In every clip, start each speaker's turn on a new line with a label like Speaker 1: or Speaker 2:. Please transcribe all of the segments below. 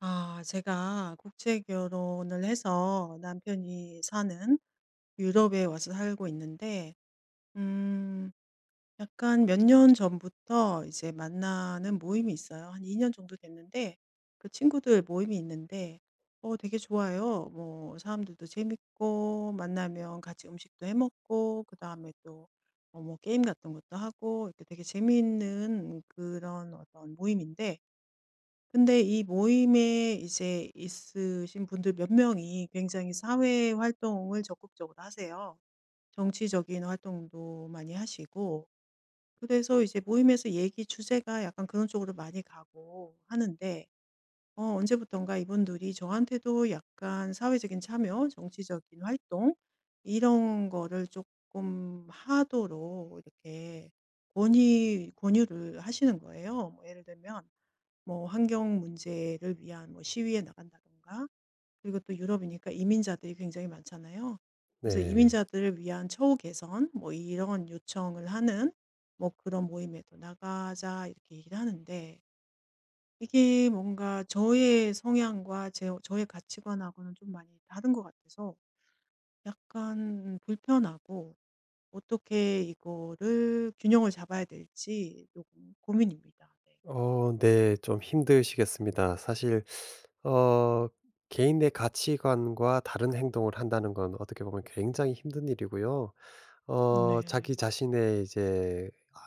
Speaker 1: 아, 제가 국제 결혼을 해서 남편이 사는 유럽에 와서 살고 있는데, 음, 약간 몇 년 전부터 이제 만나는 모임이 있어요. 한 2년 정도 됐는데, 그 친구들 모임이 있는데, 되게 좋아요. 뭐, 사람들도 재밌고, 만나면 같이 음식도 해 먹고, 그 다음에 또, 뭐, 게임 같은 것도 하고, 이렇게 되게 재미있는 그런 어떤 모임인데, 근데 이 모임에 이제 있으신 분들 몇 명이 굉장히 사회 활동을 적극적으로 하세요. 정치적인 활동도 많이 하시고, 그래서 이제 모임에서 얘기 주제가 약간 그런 쪽으로 많이 가고 하는데, 언제부턴가 이분들이 저한테도 약간 사회적인 참여, 정치적인 활동, 이런 거를 조금 하도록 이렇게 권유를 하시는 거예요. 뭐 예를 들면, 뭐 환경 문제를 위한 뭐 시위에 나간다든가, 그리고 또 유럽이니까 이민자들이 굉장히 많잖아요. 그래서
Speaker 2: 네.
Speaker 1: 이민자들을 위한 처우 개선, 뭐 이런 요청을 하는 뭐 그런 모임에도 나가자, 이렇게 얘기를 하는데, 이게 뭔가 저의 성향과 저의 가치관하고는 좀 많이 다른 것 같아서 약간 불편하고, 어떻게 이거를 균형을 잡아야 될지 조금 고민입니다. 네.
Speaker 2: 네. 좀 힘드시겠습니다. 사실 어 개인의 가치관과 다른 행동을 한다는 건 어떻게 보면 굉장히 힘든 일이고요. 자기
Speaker 1: 네.
Speaker 2: 자신의 이제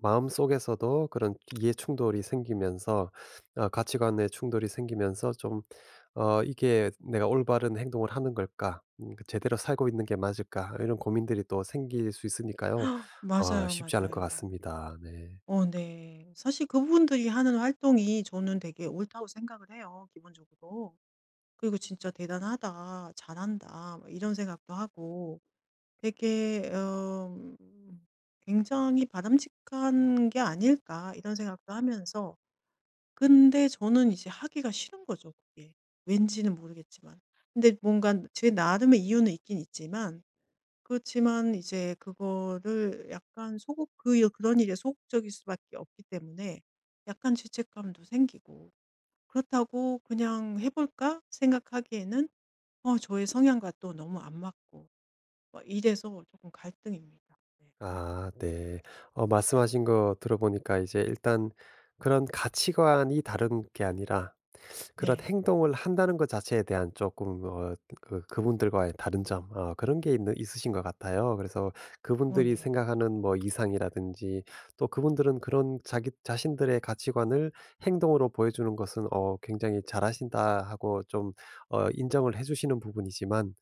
Speaker 2: 마음속에서도 그런 이해 충돌이 생기면서 가치관의 충돌이 생기면서 좀 '이게 내가 올바른 행동을 하는 걸까? 그 제대로 살고 있는 게 맞을까?' 이런 고민들이 또 생길 수 있으니까요.
Speaker 1: 맞아요,
Speaker 2: 쉽지 않을 것
Speaker 1: 맞아요.
Speaker 2: 같습니다. 네.
Speaker 1: 어 네. 사실 그분들이 하는 활동이 저는 되게 옳다고 생각을 해요, 기본적으로. 그리고 '진짜 대단하다. 잘한다.' 막 이런 생각도 하고, 되게 '굉장히 바람직한 게 아닐까.' 이런 생각도 하면서, 근데 저는 이제 하기가 싫은 거죠, 그게. 왠지는 모르겠지만. 근데 뭔가 제 나름의 이유는 있긴 있지만, 그렇지만 이제 그거를 약간 그런 일에 소극적일 수밖에 없기 때문에 약간 죄책감도 생기고, 그렇다고 '그냥 해 볼까?' 생각하기에는 저의 성향과 또 너무 안 맞고, 막 이래서 조금 갈등입니다. 네.
Speaker 2: 아 네. 말씀하신 거 들어보니까 이제 일단 그런 가치관이 다른 게 아니라 그런
Speaker 1: 네.
Speaker 2: 행동을 한다는 것 자체에 대한 조금 그 그분들과의 다른 점 그런 게 있는 있으신 것 같아요. 그래서
Speaker 1: 어
Speaker 2: 그분들이
Speaker 1: 네.
Speaker 2: 생각하는 뭐 이상이라든지 또 그분들은 그런 자기 자신들의 가치관을 행동으로 보여주는 것은 굉장히 잘하신다 하고 좀 인정을 해 주시는 부분이지만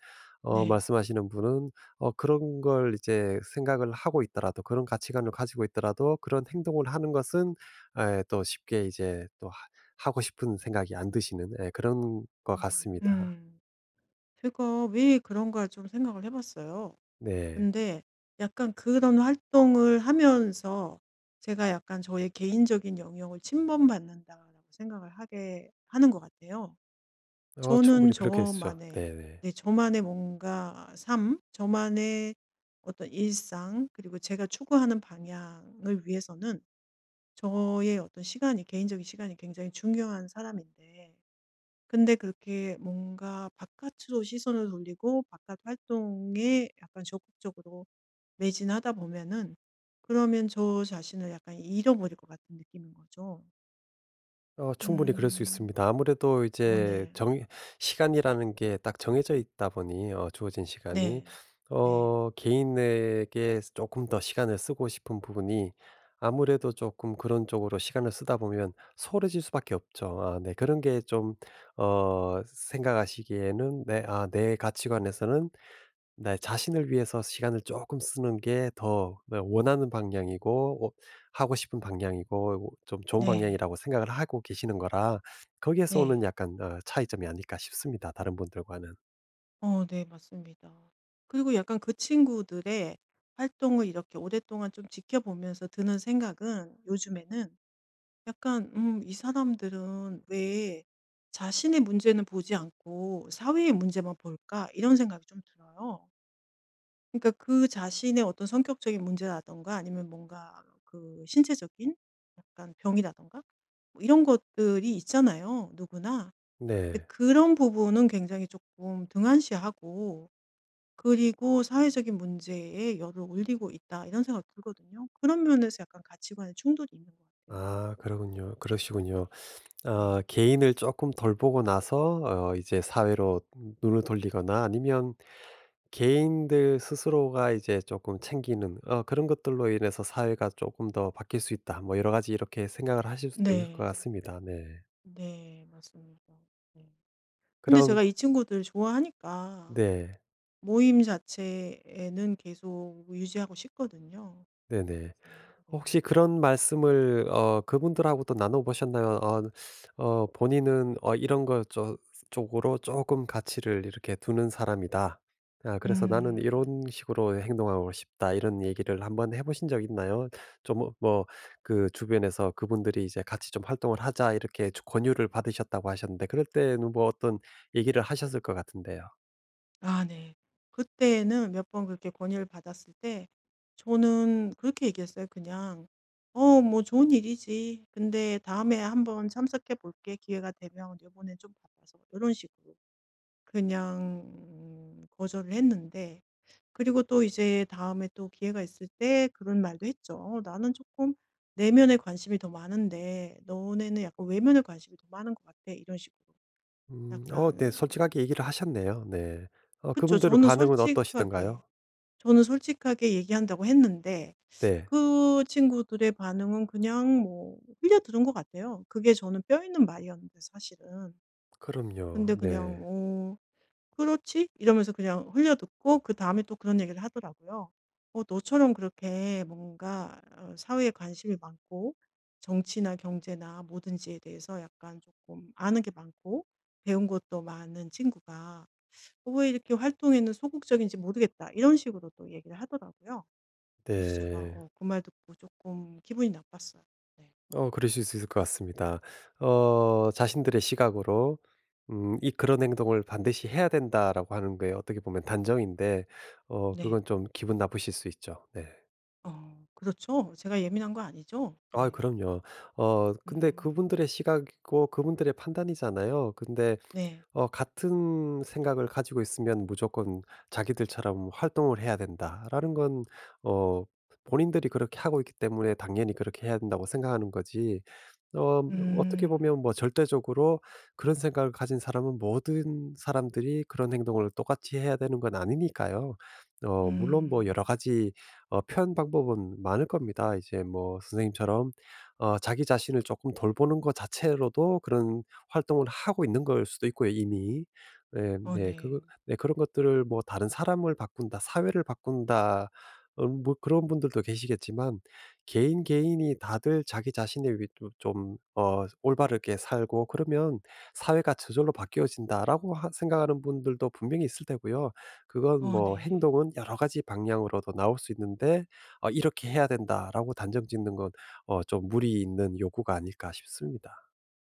Speaker 1: 네.
Speaker 2: 말씀하시는 분은 그런 걸 이제 생각을 하고 있더라도 그런 가치관을 가지고 있더라도 그런 행동을 하는 것은 에, 또 쉽게 이제 또 하고 싶은 생각이 안 드시는 예 그런 것
Speaker 1: 음.
Speaker 2: 같습니다.
Speaker 1: 음. 제가 왜 그런가 좀 생각을 해 봤어요.
Speaker 2: 네.
Speaker 1: 근데 약간 그런 활동을 하면서 제가 약간 저의 개인적인 영역을 침범받는다라고 생각을 하게 하는 것 같아요. 저는
Speaker 2: 충분히 그렇겠죠.
Speaker 1: 저만의,
Speaker 2: 네네.
Speaker 1: 네, 저만의 뭔가 삶, 저만의 어떤 일상, 그리고 제가 추구하는 방향을 위해서는 저의 어떤 시간이, 개인적인 시간이 굉장히 중요한 사람인데, 근데 그렇게 뭔가 바깥으로 시선을 돌리고 바깥 활동에 약간 적극적으로 매진하다 보면은, 그러면 저 자신을 약간 잃어버릴 것 같은 느낌인 거죠.
Speaker 2: 충분히 그럴 수
Speaker 1: 음.
Speaker 2: 있습니다. 아무래도
Speaker 1: 어
Speaker 2: 이제
Speaker 1: 네.
Speaker 2: 정 시간이라는 게 딱 정해져 있다 보니 주어진 시간이
Speaker 1: 네. 네.
Speaker 2: 개인에게 조금 더 시간을 쓰고 싶은 부분이 아무래도 조금 그런 쪽으로 시간을 쓰다 보면 소홀해질 수밖에 없죠. 아 네. 그런 게 좀 생각하시기에는 네 내 가치관에서는 네. 자신을 위해서 시간을 조금 쓰는 게 더 네 원하는 방향이고 하고 싶은 방향이고 좀 좋은
Speaker 1: 네.
Speaker 2: 방향이라고 생각을 하고 계시는 거라 거기에서 오는
Speaker 1: 네.
Speaker 2: 약간 차이점이 아닐까 싶습니다 다른 분들과는.
Speaker 1: 어 네, 맞습니다. 그리고 약간 그 친구들의 활동을 이렇게 오랫동안 좀 지켜보면서 드는 생각은, 요즘에는 약간 '이 사람들은 왜 자신의 문제는 보지 않고 사회의 문제만 볼까?' 이런 생각이 좀 들어요. 그러니까 그 자신의 어떤 성격적인 문제라든가, 아니면 뭔가 그 신체적인 약간 병이라든가, 뭐 이런 것들이 있잖아요, 누구나. 근데
Speaker 2: 네.
Speaker 1: 그런 부분은 굉장히 조금 등한시하고, 그리고 '사회적인 문제에 열을 올리고 있다.' 이런 생각이 들거든요. 그런 면에서 약간 가치관의 충돌이 있는 것 같아요.
Speaker 2: 아 그러군요. 그러시군요.
Speaker 1: 네.
Speaker 2: 개인을 조금 덜 보고 나서 이제 사회로 눈을 돌리거나 아니면 개인들 스스로가 이제 조금 챙기는 그런 것들로 인해서 '사회가 조금 더 바뀔 수 있다.' 뭐 여러 가지 이렇게 생각을 하실 수도 있을 것
Speaker 1: 네.
Speaker 2: 같습니다. 네.
Speaker 1: 네. 맞습니다. 네. 근데
Speaker 2: 그럼
Speaker 1: 제가 이 친구들 좋아하니까
Speaker 2: 네.
Speaker 1: 모임 자체에는 계속 유지하고 싶거든요. 그래서,
Speaker 2: 네네. 혹시
Speaker 1: 네.
Speaker 2: 그런 말씀을 그분들하고도 나눠 보셨나요? 본인은 이런 거 저 쪽으로 조금 가치를 이렇게 두는 사람이다. 아 그래서 나는
Speaker 1: 음.
Speaker 2: 이런 식으로 행동하고 싶다. 이런 얘기를 한번 해 보신 적 있나요? 좀 뭐 그 주변에서 그분들이 이제 "같이 좀 활동을 하자." 이렇게 권유를 받으셨다고 하셨는데 그럴 때는 뭐 어떤 얘기를 하셨을 것 같은데요.
Speaker 1: 아 네. 그때는 몇 번 그렇게 권유를 받았을 때, 저는 그렇게 얘기했어요. 그냥 "어 뭐 좋은 일이지. 근데 다음에 한번 참석해 볼게. 기회가 되면. 요번엔 좀 바빠서." 요런 식으로 그냥 거절을 했는데, 그리고 또 이제 다음에 또 기회가 있을 때 그런 말도 했죠. "나는 조금 내면에 관심이 더 많은데 너네는 약간 외면에 관심이 더 많은 것 같아." 이런 식으로.
Speaker 2: 음. 네.
Speaker 1: 약간
Speaker 2: 솔직하게 얘기를 하셨네요. 네.
Speaker 1: 그쵸.
Speaker 2: 그분들의
Speaker 1: 저는
Speaker 2: 반응은
Speaker 1: 솔직하게,
Speaker 2: 어떠시던가요?
Speaker 1: 저는 솔직하게 얘기한다고 했는데,
Speaker 2: 네.
Speaker 1: 그 친구들의 반응은 그냥 뭐 흘려들은 것 같아요. 그게 저는 뼈 있는 말이었는데 사실은.
Speaker 2: 그럼요.
Speaker 1: 근데 그냥
Speaker 2: 네.
Speaker 1: '그렇지?' 이러면서 그냥 흘려 듣고 그다음에 또 그런 얘기를 하더라고요. 너처럼 그렇게 뭔가 사회에 관심이 많고, 정치나 경제나 뭐든지에 대해서 약간 조금 아는 게 많고 배운 것도 많은 친구가 왜 이렇게 활동에는 소극적인지 모르겠다." 이런 식으로 또 얘기를 하더라고요. 그래서 제가
Speaker 2: 네.
Speaker 1: 그 말 듣고 조금 기분이 나빴어요. 네.
Speaker 2: 그러실 수 있을 것 같습니다. 자신들의 시각으로 이 그런 행동을 반드시 해야 된다라고 하는 게 어떻게 보면 단정인데
Speaker 1: 네.
Speaker 2: 그건 좀 기분 나쁘실 수 있죠. 네.
Speaker 1: 어 그렇죠. 제가 예민한 거 아니죠?
Speaker 2: 아
Speaker 1: 네.
Speaker 2: 그럼요. 근데
Speaker 1: 음.
Speaker 2: 그분들의 시각이고 그분들의 판단이잖아요. 근데
Speaker 1: 네.
Speaker 2: 같은 생각을 가지고 있으면 무조건 자기들처럼 활동을 해야 된다라는 건 어 본인들이 그렇게 하고 있기 때문에 당연히 그렇게 해야 된다고 생각하는 거지. 어 어떻게
Speaker 1: 음.
Speaker 2: 보면 뭐 절대적으로 그런 생각을 가진 사람은 모든 사람들이 그런 행동을 똑같이 해야 되는 건 아니니까요. 물론 뭐 여러
Speaker 1: 음.
Speaker 2: 가지 표현 방법은 많을 겁니다. 이제 뭐 선생님처럼 자기 자신을 조금 돌보는 것 자체로도 그런 활동을 하고 있는 걸 수도 있고요 이미. 예 네.
Speaker 1: 어
Speaker 2: 네,
Speaker 1: 네.
Speaker 2: 네 그런 것들을 뭐 '다른 사람을 바꾼다. 사회를 바꾼다.' 뭐 그런 분들도 계시겠지만 개인, 개인이 다들 자기 자신의 위 좀 올바르게 살고 그러면 '사회가 저절로 바뀌어진다.'라고 하 생각하는 분들도 분명히 있을 테고요. 그건
Speaker 1: 어
Speaker 2: 뭐
Speaker 1: 네.
Speaker 2: 행동은 여러 가지 방향으로도 나올 수 있는데 '이렇게 해야 된다.'라고 단정 짓는 건 좀 무리 있는 요구가 아닐까 싶습니다.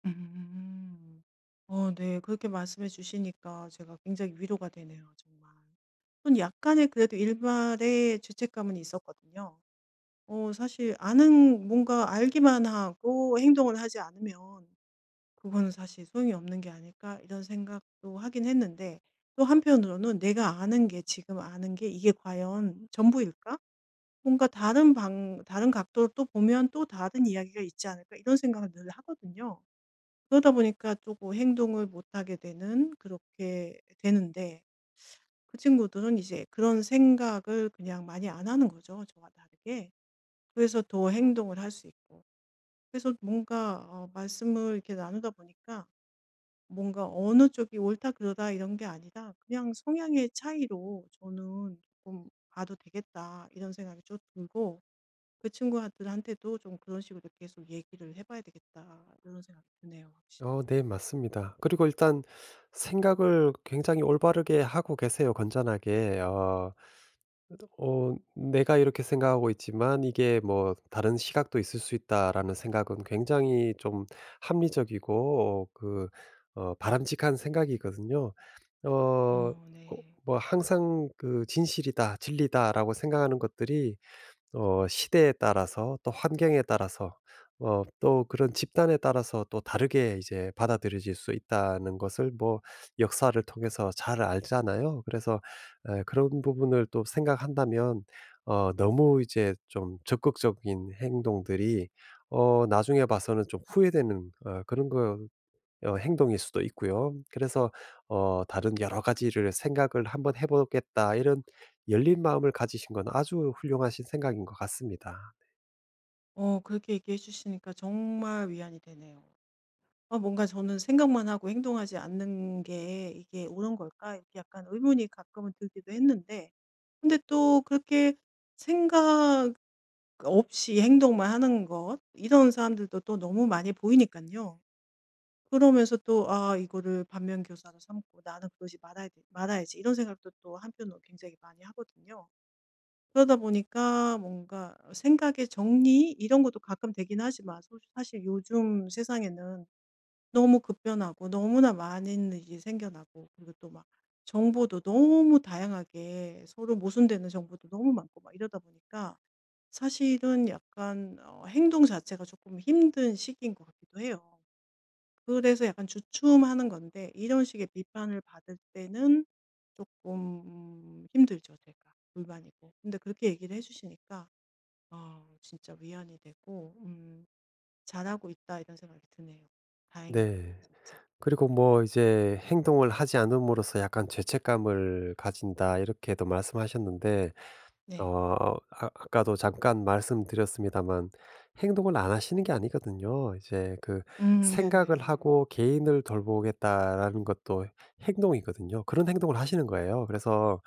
Speaker 1: 음. 어 네. 그렇게 말씀해 주시니까 제가 굉장히 위로가 되네요, 정말. 좀 약간의 그래도 일말의 죄책감은 있었거든요. 사실 아는 뭔가 알기만 하고 행동을 하지 않으면 '그거는 사실 소용이 없는 게 아닐까?' 이런 생각도 하긴 했는데, 또 한편으로는 '내가 아는 게, 지금 아는 게 이게 과연 전부일까?' 뭔가 다른 각도로 또 보면 또 다른 이야기가 있지 않을까, 이런 생각을 늘 하거든요. 그러다 보니까 조금 행동을 못 하게 되는, 그렇게 되는데, 그 친구들은 이제 그런 생각을 그냥 많이 안 하는 거죠, 저와 다르게. 그래서 더 행동을 할 수 있고. 그래서 뭔가 말씀을 이렇게 나누다 보니까 뭔가 어느 쪽이 옳다 그러다 이런 게 아니라 그냥 성향의 차이로 저는 조금 봐도 되겠다, 이런 생각이 좀 들고, 그 친구들한테도 좀 그런 식으로 계속 얘기를 해 봐야 되겠다, 이런 생각이 드네요, 확실히.
Speaker 2: 네 맞습니다. 그리고 일단 생각을 굉장히 올바르게 하고 계세요 건전하게. '내가 이렇게 생각하고 있지만 이게 뭐 다른 시각도 있을 수 있다.'라는 생각은 굉장히 좀 합리적이고 바람직한 생각이거든요. 어 어
Speaker 1: 어 네.
Speaker 2: 뭐 항상 그 '진실이다. 진리다.'라고 생각하는 것들이 시대에 따라서 또 환경에 따라서 또 그런 집단에 따라서 또 다르게 이제 받아들여질 수 있다는 것을 뭐 역사를 통해서 잘 알잖아요. 그래서 그런 부분을 또 생각한다면 너무 이제 좀 적극적인 행동들이 나중에 봐서는 좀 후회되는 그런 거 행동일 수도 있고요. 그래서 '다른 여러 가지를 생각을 한번 해 보겠다.' 이런 열린 마음을 가지신 건 아주 훌륭하신 생각인 것 같습니다.
Speaker 1: 어 그렇게 얘기해 주시니까 정말 위안이 되네요. 어, 뭔가 저는 '생각만 하고 행동하지 않는 게 이게 옳은 걸까?' 이렇게 약간 의문이 가끔은 들기도 했는데, 근데 또 그렇게 생각 없이 행동만 하는 것, 이런 사람들도 또 너무 많이 보이니까요. 그러면서 또 '아 이거를 반면교사로 삼고 나는 그러지 말아야 돼- 말아야지.' 이런 생각도 또 한편으로 굉장히 많이 하거든요. 그러다 보니까 뭔가 생각의 정리 이런 것도 가끔 되긴 하지만, 사실 요즘 세상에는 너무 급변하고 너무나 많은 일이 생겨나고, 그리고 또 막 정보도 너무 다양하게, 서로 모순되는 정보도 너무 많고 막 이러다 보니까 사실은 약간 행동 자체가 조금 힘든 시기인 것 같기도 해요. 그래서 약간 주춤하는 건데, 이런 식의 비판을 받을 때는 조금 힘들죠, 제가. 불만이고. 근데 그렇게 얘기를 해 주시니까 아 진짜 위안이 되고, '잘하고 있다.' 이런 생각이 드네요. 다행입니다,
Speaker 2: 네.
Speaker 1: 진짜. 네.
Speaker 2: 그리고 뭐 이제 "행동을 하지 않음으로써 약간 죄책감을 가진다." 이렇게도 말씀하셨는데
Speaker 1: 네.
Speaker 2: 아까도 잠깐 말씀드렸습니다만 행동을 안 하시는 게 아니거든요. 이제 그 생각을
Speaker 1: 네네.
Speaker 2: 하고 '개인을 돌보겠다.'라는 것도 행동이거든요. 그런 행동을 하시는 거예요. 그래서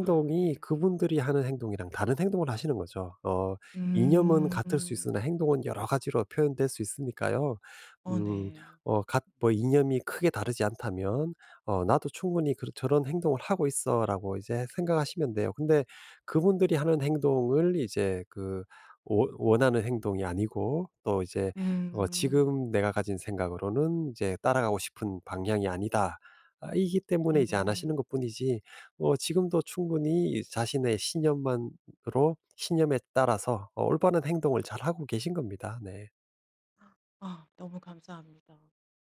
Speaker 1: 아 네.
Speaker 2: 그분들이 하는 행동이랑 다른 행동을 하시는 거죠. 이념은
Speaker 1: 음.
Speaker 2: 같을 수 있으나 행동은 여러 가지로 표현될 수 있으니까요.
Speaker 1: 어
Speaker 2: 음
Speaker 1: 네.
Speaker 2: 어 같 뭐 이념이 크게 다르지 않다면 나도 충분히 그 저런 행동을 하고 있어.'라고 이제 생각하시면 돼요. 근데 그분들이 하는 행동을 이제 원하는 행동이 아니고 또 이제
Speaker 1: 음.
Speaker 2: '지금 내가 가진 생각으로는 이제 따라가고 싶은 방향이 아니다.' 이기 때문에 이제 안
Speaker 1: 음.
Speaker 2: 하시는 것뿐이지 지금도 충분히 이 자신의 신념만 으로 신념에 따라서 올바른 행동을 잘하고 계신 겁니다. 네.
Speaker 1: 아 너무 감사합니다.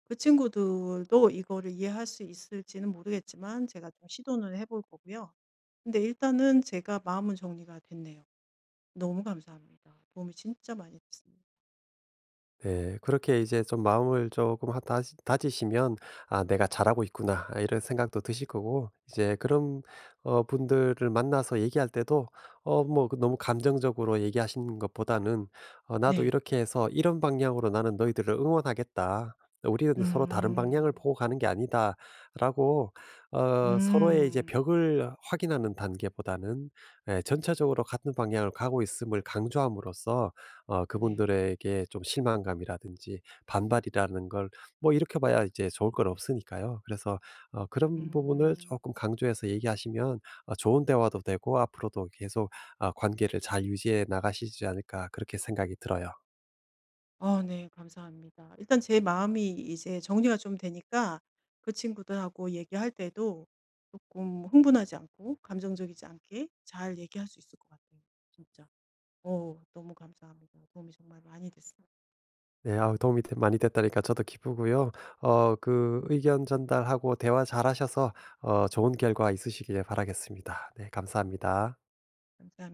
Speaker 1: 그 친구들도 이거를 이해할 수 있을지는 모르겠지만 제가 좀 시도는 해볼 거고요. 근데 일단은 제가 마음은 정리가 됐네요. 너무 감사합니다. 도움이 진짜 많이 됐습니다.
Speaker 2: 네. 그렇게 이제 좀 마음을 조금 하 다지 다지시면 '아 내가 잘하고 있구나.' 아 이런 생각도 드실 거고 이제 그런 분들을 만나서 얘기할 때도 뭐 그 너무 감정적으로 얘기하시는 것보다는 '나도
Speaker 1: 네.
Speaker 2: 이렇게 해서 이런 방향으로 나는 너희들을 응원하겠다. 우리는 서로 다른 방향을
Speaker 1: 음.
Speaker 2: 보고 가는 게 아니다.'라고 서로의 이제
Speaker 1: 음.
Speaker 2: 벽을 확인하는 단계보다는 예 전체적으로 같은 방향을 가고 있음을 강조함으로써
Speaker 1: 네.
Speaker 2: 그분들에게 좀 실망감이라든지 반발이라는 걸 뭐 일으켜 봐야 이제 좋을 건 없으니까요. 그래서 그런 부분을
Speaker 1: 음.
Speaker 2: 조금 강조해서 얘기하시면 좋은 대화도 되고 앞으로도 계속 관계를 잘 유지해 나가시지 않을까 그렇게 생각이 들어요.
Speaker 1: 어 네. 감사합니다. 일단 제 마음이 이제 정리가 좀 되니까 그 친구들하고 얘기할 때도 조금 흥분하지 않고 감정적이지 않게 잘 얘기할 수 있을 것 같아요. 진짜. 어 너무 감사합니다. 도움이 정말 많이 됐어요.
Speaker 2: 네. 아우 도움이 많이 됐다니까 저도 기쁘고요. 그 의견 전달하고 대화 잘하셔서 좋은 결과 있으시길 바라겠습니다. 네. 감사합니다.
Speaker 1: 감사합니다.